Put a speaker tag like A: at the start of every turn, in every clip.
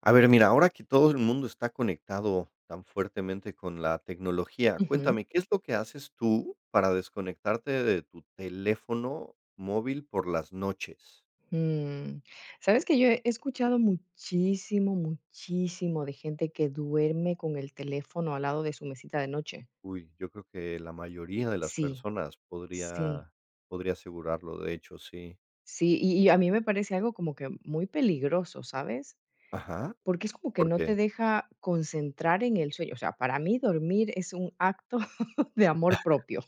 A: A ver, mira, ahora que todo el mundo está conectado tan fuertemente con la tecnología,
B: Ujú,
A: cuéntame, ¿qué es lo que haces tú para desconectarte de tu teléfono móvil por las noches?
B: mm. Sabes que yo he escuchado muchísimo, muchísimo de gente que duerme con el teléfono al lado de su mesita de noche.
A: Uy, yo creo que la mayoría de las
B: Sí,
A: personas
B: sí,
A: podría asegurarlo, de hecho, sí.
B: sí, y a mí me parece algo como que muy peligroso, ¿sabes?
A: Ajá,
B: Porque es como que no te
A: porque
B: deja concentrar en el sueño. O sea, para mí dormir es un acto de amor propio,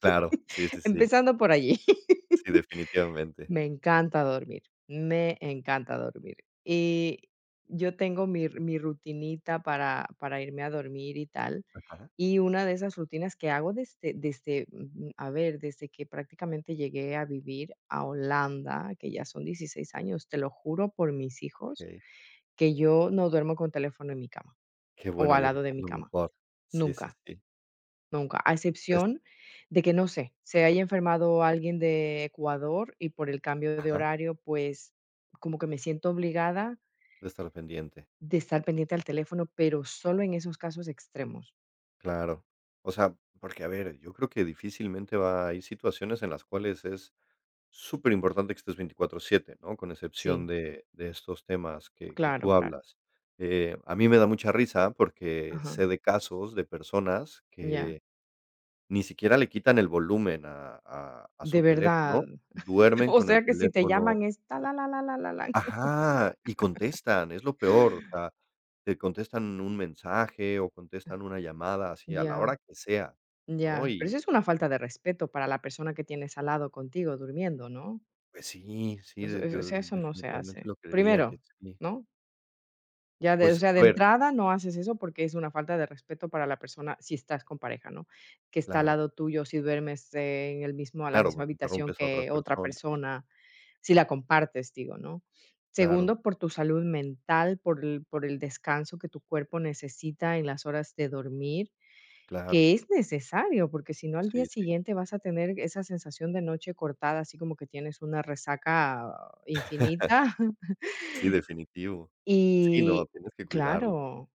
A: claro, sí, sí, sí,
B: empezando por allí.
A: sí, definitivamente.
B: Me encanta dormir, me encanta dormir. Y yo tengo mi rutinita para irme a dormir y tal,
A: Ajá,
B: y una de esas rutinas que hago a ver, desde que prácticamente llegué a vivir a Holanda, que ya son 16 años, te lo juro por mis hijos,
A: okey.
B: que yo no duermo con teléfono en mi cama
A: Qué
B: o
A: bueno,
B: al
A: yo creo
B: lado de
A: que es
B: mi
A: lo
B: cama,
A: mejor. Sí, sí,
B: nunca.
A: sí.
B: Nunca, a
A: Es
B: excepción de que, no sé, se haya enfermado alguien de Ecuador y por el cambio de
A: ajá,
B: horario, pues, como que me siento obligada
A: de estar pendiente.
B: de estar pendiente al teléfono, pero solo en esos casos extremos.
A: Claro. O sea, porque a ver, yo creo que difícilmente va hay situaciones en las cuales es súper importante que estés 24/7, ¿no? Con excepción
B: Sí,
A: de estos temas que
B: claro,
A: tú
B: claro.
A: hablas. A mí me da mucha risa porque
B: Ajá,
A: sé de casos de personas
B: ya.
A: que ni siquiera le quitan el volumen a
B: De
A: su teléfono,
B: verdad.
A: duermen
B: O
A: con el
B: sea que si te
A: teléfono,
B: llaman es ta la la la la la la.
A: ajá, y contestan, es lo peor, o sea, te contestan un mensaje o contestan una llamada así a la
B: Ya,
A: hora que sea, ¿no?
B: ya. Pero
A: Y,
B: eso es una falta de respeto para la persona que tienes al lado contigo durmiendo, ¿no?
A: pues sí, sí,
B: Eso
A: de
B: eso
A: yo
B: eso no se hace.
A: definitivamente lo creería que
B: Primero,
A: sí.
B: ¿no? Ya de O
A: Pues,
B: sea, de
A: a ver,
B: entrada no haces eso porque es una falta de respeto para la persona, si estás con pareja, ¿no? Que está al
A: claro,
B: lado tuyo, si duermes en el mismo la
A: claro,
B: misma
A: porque
B: habitación
A: interrumpes a otras
B: que otra
A: personas.
B: persona, si la compartes, digo, ¿no?
A: Claro,
B: Segundo, por tu salud mental, por el descanso que tu cuerpo necesita en las horas de dormir,
A: claro.
B: que es necesario, porque si no, al día
A: Sí, sí.
B: siguiente vas a tener esa sensación de noche cortada, así como que tienes una resaca infinita.
A: Sí, definitivo. Sí,
B: Y
A: no, tienes que cuidarlo.
B: claro,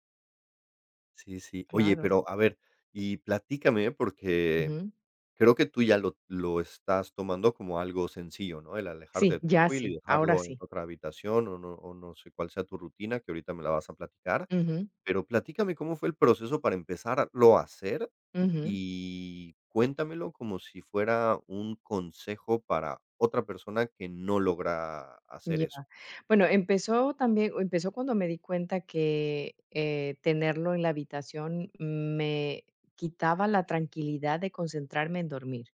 A: Sí, sí. Oye,
B: claro.
A: pero a ver, y platícame, porque
B: Ujú.
A: creo que tú ya lo estás tomando como algo sencillo, ¿no? El alejarte
B: Sí,
A: de tu
B: ya
A: móvil y
B: sí, ahora
A: dejarlo en
B: sí.
A: otra habitación, o no sé cuál sea tu rutina, que ahorita me la vas a platicar,
B: Ujú,
A: pero platícame cómo fue el proceso para empezarlo a hacer,
B: ujú,
A: y cuéntamelo como si fuera un consejo para otra persona que no logra hacer
B: ya.
A: eso.
B: Bueno, empezó también empezó cuando me di cuenta que, tenerlo en la habitación me quitaba la tranquilidad de concentrarme en dormir,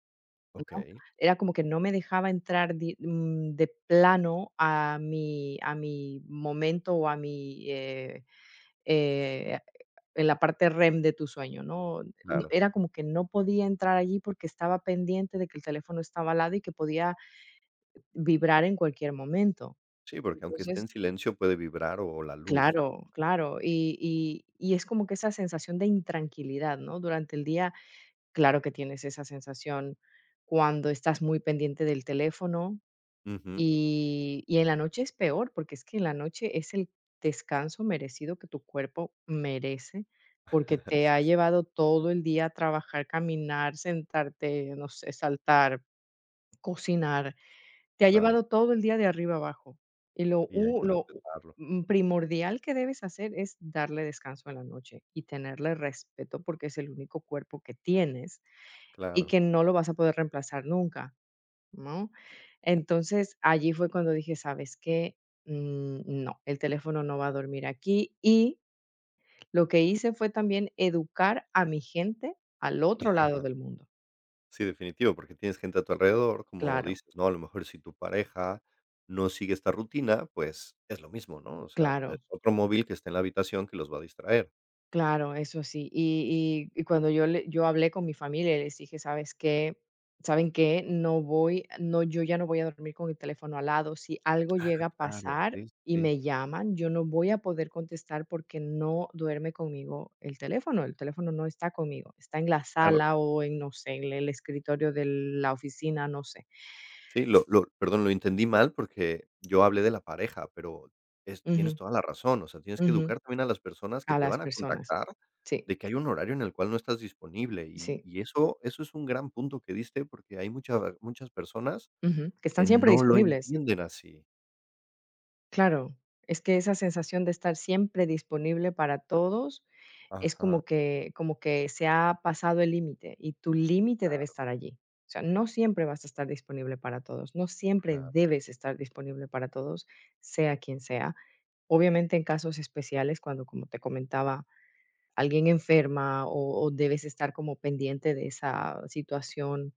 B: ¿no?
A: Okey.
B: Era como que no me dejaba entrar de plano a mi momento o eh, en la parte REM de tu sueño, ¿no?
A: Claro.
B: Era como que no podía entrar allí porque estaba pendiente de que el teléfono estaba al lado y que podía vibrar en cualquier momento.
A: Sí, porque aunque esté
B: Entonces,
A: en silencio puede vibrar o la luz, ¿no?
B: claro, claro, y es como que esa sensación de intranquilidad, ¿no? Durante el día, claro que tienes esa sensación cuando estás muy pendiente del teléfono.
A: Ujú.
B: Y en la noche es peor, porque es que en la noche es el descanso merecido que tu cuerpo merece, porque te
A: Sí,
B: ha
A: sí.
B: llevado todo el día a trabajar, caminar, sentarte, no sé, saltar, cocinar. Te ha
A: Claro,
B: llevado todo el día de arriba abajo. Y
A: y hay que respetarlo.
B: primordial que debes hacer es darle descanso en la noche y tenerle respeto, porque es el único cuerpo que tienes y
A: Claro.
B: que no lo vas a poder reemplazar nunca. ¿No? Entonces, allí fue cuando dije: "¿Sabes qué? No, el teléfono no va a dormir aquí". Y lo que hice fue también educar a mi gente al otro, claro, lado del mundo.
A: Sí, definitivo, porque tienes gente a tu alrededor, como
B: Claro,
A: dices, ¿no? A lo mejor si tu pareja no sigue esta rutina, pues es lo mismo, ¿no? O sea, es
B: claro.
A: otro móvil que está en la habitación que los va a distraer.
B: Claro, eso sí. Y cuando yo hablé con mi familia les dije: "¿Sabes qué? ¿Saben qué? No voy no, yo ya no voy a dormir con el teléfono al lado. Si algo llega a
A: Claro,
B: pasar
A: sí,
B: y
A: sí.
B: me llaman, yo no voy a poder contestar porque no duerme conmigo el teléfono. El teléfono no está conmigo, está en la
A: Claro,
B: sala o en, no sé, en el escritorio de la oficina, no sé".
A: sí, lo, perdón, lo entendí mal porque yo hablé de la pareja, pero es tienes
B: Ujú,
A: toda la razón, o sea, tienes que
B: ujú,
A: educar también a las personas que
B: a
A: te
B: las
A: van a
B: personas.
A: contactar
B: Sí,
A: de que hay un horario en el cual no estás disponible, y
B: sí,
A: y eso es un gran punto que diste, porque hay muchas muchas personas
B: ujú, que están
A: que
B: siempre
A: no lo
B: disponibles.
A: entienden así.
B: Claro, es que esa sensación de estar siempre disponible para todos es como
A: Ajá.
B: que como que se ha pasado el límite y tu límite debe estar allí. O sea, no siempre vas a estar disponible para todos, no siempre
A: Claro,
B: debes estar disponible para todos, sea quien sea. Obviamente en casos especiales, cuando, como te comentaba, alguien enferma o debes estar como pendiente de esa situación,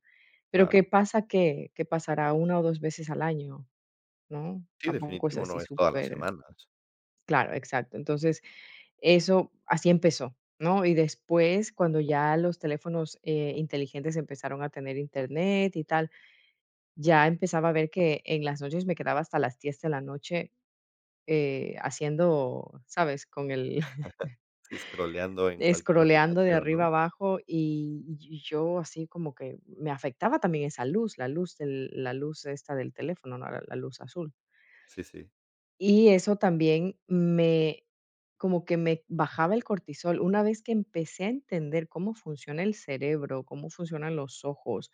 B: pero ¿qué
A: claro.
B: pasa? Que pasará una o dos veces al año, ¿no?
A: Sí,
B: Tampoco es
A: definitivo, no
B: así
A: es todas las
B: súper.
A: semanas.
B: Claro, exacto. Entonces, eso así empezó, ¿no? Y después, cuando ya los teléfonos, inteligentes empezaron a tener Internet y tal, ya empezaba a ver que en las noches me quedaba hasta las 10 de la noche, haciendo, ¿sabes? Con el
A: Sí, scrolleando en cualquier
B: escroleando de
A: aplicación,
B: arriba
A: ¿no?
B: abajo y yo así como que me afectaba también esa luz, la luz esta del teléfono, ¿no? La luz azul.
A: Sí, sí.
B: Y eso también me como que me bajaba el cortisol. Una vez que empecé a entender cómo funciona el cerebro, cómo funcionan los ojos,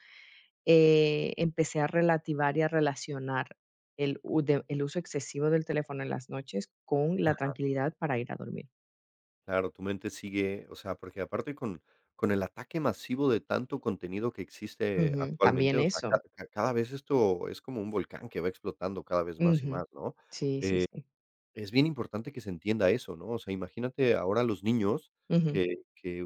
B: empecé a relativar y a relacionar el u de el uso excesivo del teléfono en las noches con la tranquilidad para ir a dormir.
A: Claro, tu mente sigue, o sea, porque aparte con el ataque masivo de tanto contenido que existe
B: Ujú, también
A: actualmente, o sea,
B: eso.
A: ca ca cada vez esto es como un volcán que va explotando cada vez más y
B: Ujú.
A: más, ¿no?
B: Sí, sí, sí.
A: Es bien importante que se entienda eso, ¿no? O sea, imagínate ahora los niños
B: Ujú.
A: que que, eh,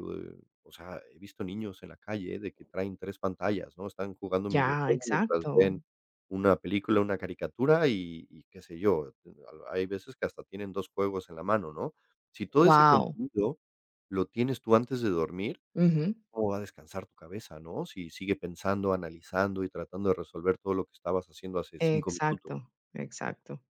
A: o sea, he visto niños en la calle, ¿eh? De que traen 3 pantallas, ¿no? Están jugando un
B: Ya,
A: videojuego mientras
B: exacto.
A: ven una película, una caricatura y qué sé yo, a hay veces que hasta tienen 2 juegos en la mano, ¿no? Si todo ese
B: Wow.
A: contenido lo tienes tú antes de dormir, ¿cómo va a descansar tu cabeza, no? Si sigue pensando, analizando y tratando de resolver todo lo que estabas haciendo hace 5 minutos.
B: Exacto, exacto.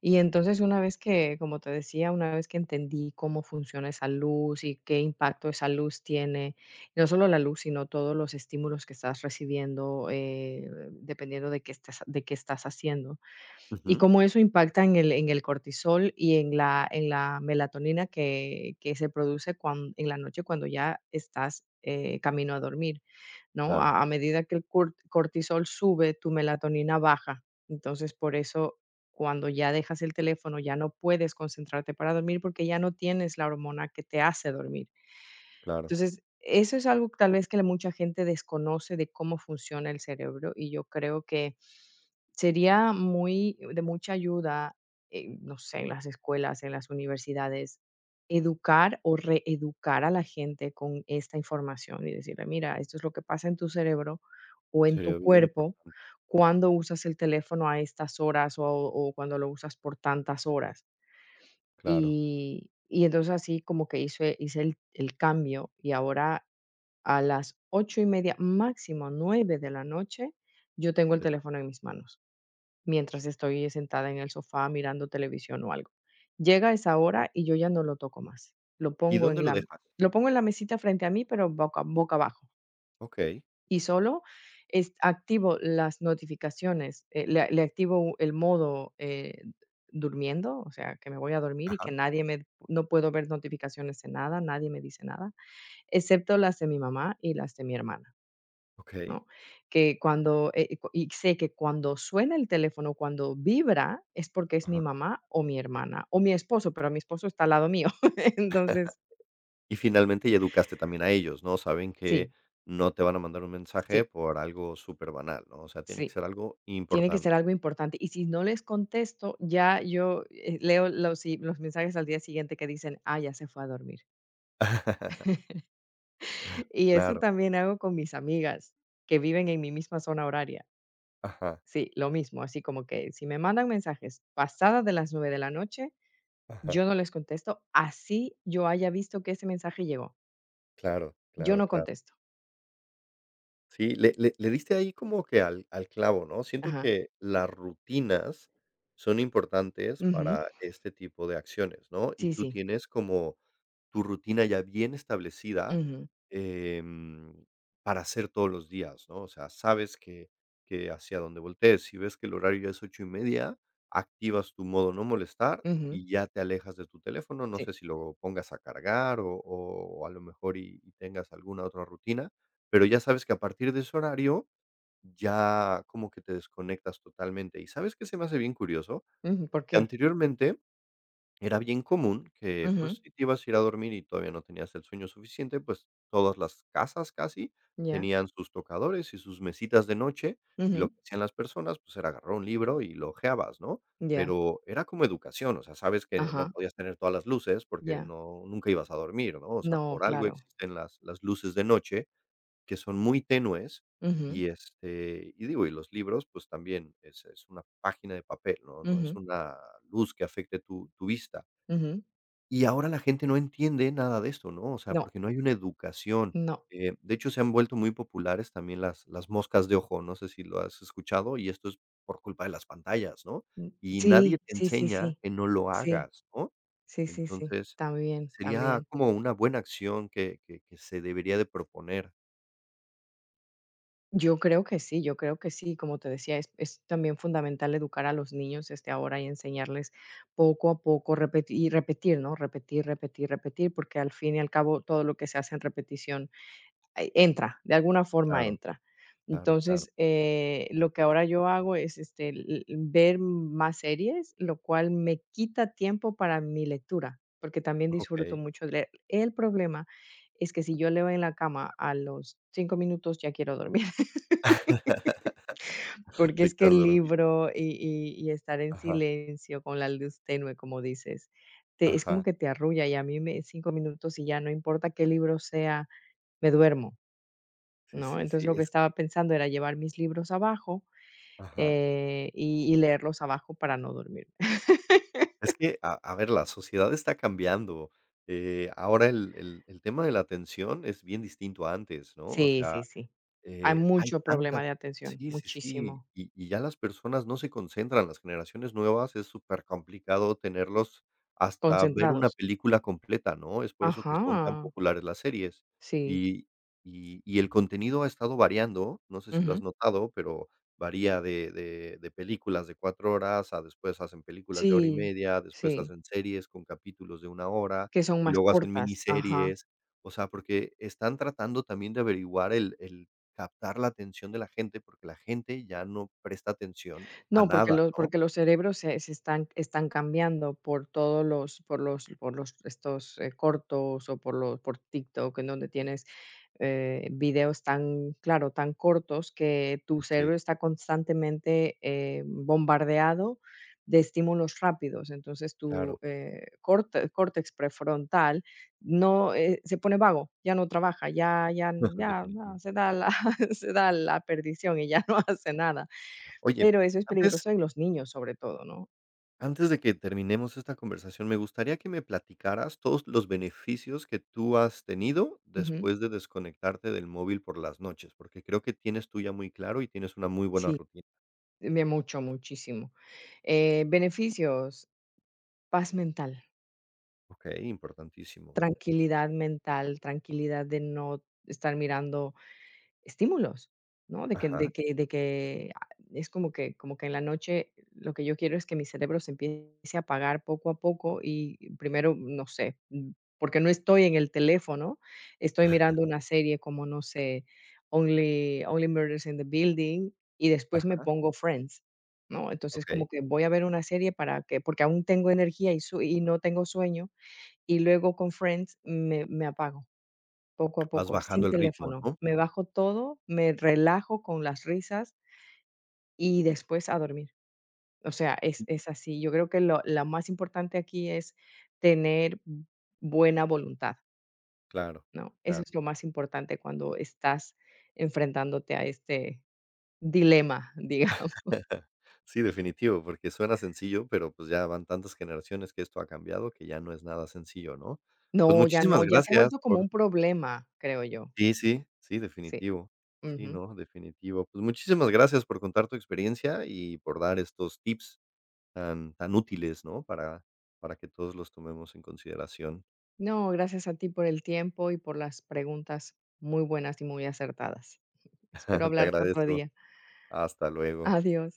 B: Y entonces, una vez que, como te decía, una vez que entendí cómo funciona esa luz y qué impacto esa luz tiene, no solo la luz, sino todos los estímulos que estás recibiendo, dependiendo de qué estás haciendo, y
A: Ujú.
B: cómo eso impacta en el cortisol y en la melatonina que se produce en la noche cuando ya estás camino a dormir. ¿No?
A: Claro,
B: A medida que el cortisol sube, tu melatonina baja. Entonces, por eso cuando ya dejas el teléfono, ya no puedes concentrarte para dormir porque ya no tienes la hormona que te hace dormir.
A: claro.
B: Entonces, eso es algo tal vez que la mucha gente desconoce de cómo funciona el cerebro y yo creo que sería muy de mucha ayuda, no sé, en las escuelas, en las universidades, educar o reeducar a la gente con esta información y decirle, mira, esto es lo que pasa en tu cerebro o en
A: Sería
B: tu
A: bien
B: cuerpo
A: importante.
B: cuando usas el teléfono a estas horas o cuando lo usas por tantas horas.
A: Claro.
B: Y entonces así como que hice, el cambio y ahora a las 8:30 máximo 9 de la noche, yo tengo el
A: Es-
B: teléfono en mis manos, mientras estoy sentada en el sofá mirando televisión o algo. Llega esa hora y yo ya no lo toco más.
A: ¿Y dónde lo dejas?
B: Lo pongo en la mesita frente a mí, pero boca abajo.
A: Okey.
B: Y solo es activo las notificaciones, le activo el modo, durmiendo, o sea, que me voy a dormir y
A: Ajá.
B: que nadie me no puedo ver notificaciones de nada, nadie me dice nada, excepto las de mi mamá y las de mi hermana.
A: Okey.
B: ¿No? Que cuando, cu y sé que cuando suena el teléfono, cuando vibra, es porque es mi
A: Ajá.
B: mamá o mi hermana o mi esposo, pero mi esposo está al lado mío. Entonces,
A: Y finalmente ya educaste también a ellos, ¿no? Saben que
B: sí,
A: no te van a mandar un mensaje
B: sí,
A: por algo superbanal, ¿no? O sea, tiene que
B: sí,
A: ser algo
B: tiene que
A: importante.
B: ser algo importante. Y si no les contesto, ya yo, leo los mensajes al día siguiente que dicen: "Ah, ya se fue a dormir". Y eso
A: Claro.
B: también hago con mis amigas que viven en mi misma zona horaria.
A: Ajá,
B: Sí, lo mismo, así como que si me mandan mensajes pasadas de las 9 de la noche,
A: ajá.
B: yo no les contesto, así yo haya visto que ese mensaje llegó.
A: Claro,
B: Yo
A: claro,
B: no
A: claro.
B: contesto.
A: Sí, le diste ahí como que al clavo, ¿no? Siento
B: Ajá.
A: que las rutinas son importantes
B: Ujú.
A: para este tipo de acciones, ¿no? Y
B: Sí,
A: tú
B: sí.
A: tienes como tu rutina ya bien establecida,
B: Ujú,
A: em, para hacer todos los días, ¿no? O sea, sabes que hacia dónde voltees. Si ves que el horario ya es 8:30, activas tu modo no molestar
B: ujú,
A: y ya te alejas de tu teléfono. No
B: sí.
A: sé si lo pongas a cargar o a lo mejor y tengas alguna otra rutina, pero ya sabes que a partir de ese horario ya como que te desconectas totalmente. ¿Y sabes que se me hace bien curioso?
B: Ujú, ¿por
A: Que
B: qué?
A: anteriormente era bien común que,
B: Ujú,
A: pues, si te ibas a ir a dormir y todavía no tenías el sueño suficiente, pues, todas las casas casi
B: ya.
A: tenían sus tocadores y sus mesitas de noche, y lo
B: Ujú,
A: que hacían las personas, pues, era agarrar un libro y lo hojeabas, ¿no?
B: ya.
A: Pero era como educación, o sea, sabes que no
B: Ajá,
A: podías tener todas las luces porque
B: ya.
A: no nunca ibas a dormir, ¿no? O sea,
B: No,
A: por algo
B: claro.
A: existen las luces de noche, que son muy tenues,
B: Ujú,
A: y, este, y digo, y los libros, pues, también es una página de papel, ¿no? No es
B: ujú,
A: una luz que afecte tu vista.
B: ujú.
A: Y ahora la gente no entiende nada de esto, ¿no? O sea,
B: No,
A: porque no hay una educación.
B: no.
A: De hecho, se han vuelto muy populares también las moscas de ojo, no sé si lo has escuchado, y esto es por culpa de las pantallas, ¿no?
B: Mm,
A: Y nadie
B: sí,
A: te
B: sí, sí,
A: enseña
B: sí.
A: que no lo
B: Sí,
A: hagas, ¿no?
B: sí, sí, sí.
A: Entonces,
B: También,
A: sería
B: también.
A: como una buena acción que se debería de proponer.
B: Yo creo que sí, yo creo que sí. Como te decía, es también fundamental educar a los niños este, ahora y enseñarles poco a poco repetir, y repetir, ¿no? Repetir, repetir, repetir, porque al fin y al cabo todo lo que se hace en repetición entra, de alguna forma
A: Claro,
B: entra.
A: claro, claro.
B: Entonces, lo que ahora yo hago es este, ver más series, lo cual me quita tiempo para mi lectura, porque también disfruto
A: Okey.
B: mucho de leer. El problema es que si yo leo en la cama a los 5 minutos ya quiero dormir. Porque
A: Te
B: es que
A: quedas
B: el
A: dormido.
B: libro y estar en
A: Ajá,
B: silencio con la luz tenue, como dices, te es como
A: ajá.
B: que te arrulla, y a mí me 5 minutos y ya, no importa qué libro sea, me duermo,
A: Sí,
B: ¿no?
A: sí,
B: Entonces,
A: sí,
B: lo que
A: es
B: estaba pensando era llevar mis libros abajo,
A: ajá.
B: y leerlos abajo para no dormir.
A: Es que, a ver, la sociedad está cambiando. Ahora el tema de la atención es bien distinto a antes, ¿no? O
B: Sí,
A: sea,
B: sí, sí. Hay
A: hay
B: mucho
A: tantas,
B: problema de atención,
A: sí, sí, sí,
B: muchísimo.
A: y ya las personas no se concentran, las generaciones nuevas es súper complicado tenerlos hasta ver una
B: Concentrados.
A: película completa, ¿no? Es por eso que son tan
B: Ajá,
A: populares las series.
B: sí.
A: Y y el contenido ha estado variando, no sé si lo has
B: Ujú.
A: notado, pero varía de películas de 4 horas, a después hacen películas de hora y
B: Sí,
A: media, después
B: sí,
A: hacen series con capítulos de 1 hora,
B: que son
A: y
B: más
A: luego hacen
B: cortas, ajá.
A: miniseries. O sea, porque están tratando también de averiguar el captar la atención de la gente, porque la gente ya no presta atención a
B: No,
A: nada, ¿no?
B: porque los cerebros se están cambiando por todos los por los por los estos, cortos o por TikTok, en donde tienes, videos tan claro, tan cortos que tu
A: Sí,
B: cerebro está constantemente, bombardeado de estímulos rápidos. Entonces, tu,
A: claro,
B: corte córtex prefrontal no, se pone vago, ya no trabaja, ya ya ya, no,
A: definitivamente.
B: se da la se da la perdición y ya no hace nada.
A: Oye,
B: Pero eso es
A: antes
B: peligroso en los niños, sobre todo, ¿no?
A: antes de que terminemos esta conversación, me gustaría que me platicaras todos los beneficios que tú has tenido
B: Ujú.
A: después de desconectarte del móvil por las noches, porque creo que tienes tú ya muy claro y tienes una muy buena
B: Sí,
A: rutina.
B: de mucho, muchísimo. Beneficios, paz
A: Okey, importantísimo.
B: mental, tranquilidad de no estar mirando. Estímulos, ¿no? De que
A: Ajá,
B: de que de que a es como que en la noche lo que yo quiero es que mi cerebro se empiece a apagar poco a poco y primero, no sé, porque no estoy en el teléfono, estoy mirando una serie como, no sé, Only Murders in the Building, y después me
A: ajá,
B: pongo Friends, ¿no? Entonces, como
A: okey.
B: que voy a ver una serie para que porque aún tengo energía y su y no tengo sueño, y luego con Friends me apago. Poco a
A: Vas
B: poco, sin
A: bajando el ritmo,
B: teléfono.
A: ¿no?
B: Me bajo todo, me relajo con las risas y después a dormir. O sea, es así. Yo creo que lo la más importante aquí es tener buena voluntad,
A: Claro,
B: ¿no? Eso
A: claro.
B: es lo más importante cuando estás enfrentándote a este dilema, digamos.
A: Sí, definitivo, porque suena sencillo, pero, pues, ya van tantas generaciones que esto ha cambiado que ya no es nada sencillo, ¿no? Pues,
B: No, ya no,
A: muchísimas
B: ya se ha
A: gracias
B: vuelto como
A: por...
B: un problema, creo yo.
A: Sí, sí, sí,
B: Sí.
A: definitivo. Sí,
B: Ujú.
A: no, definitivo. Pues, muchísimas gracias por contar tu experiencia y por dar estos tips tan tan útiles, ¿no? Para que todos los tomemos en consideración.
B: No, gracias a ti por el tiempo y por las preguntas muy buenas y muy acertadas. Espero
A: Te
B: hablarte otro
A: agradezco.
B: día.
A: Hasta luego.
B: Adiós.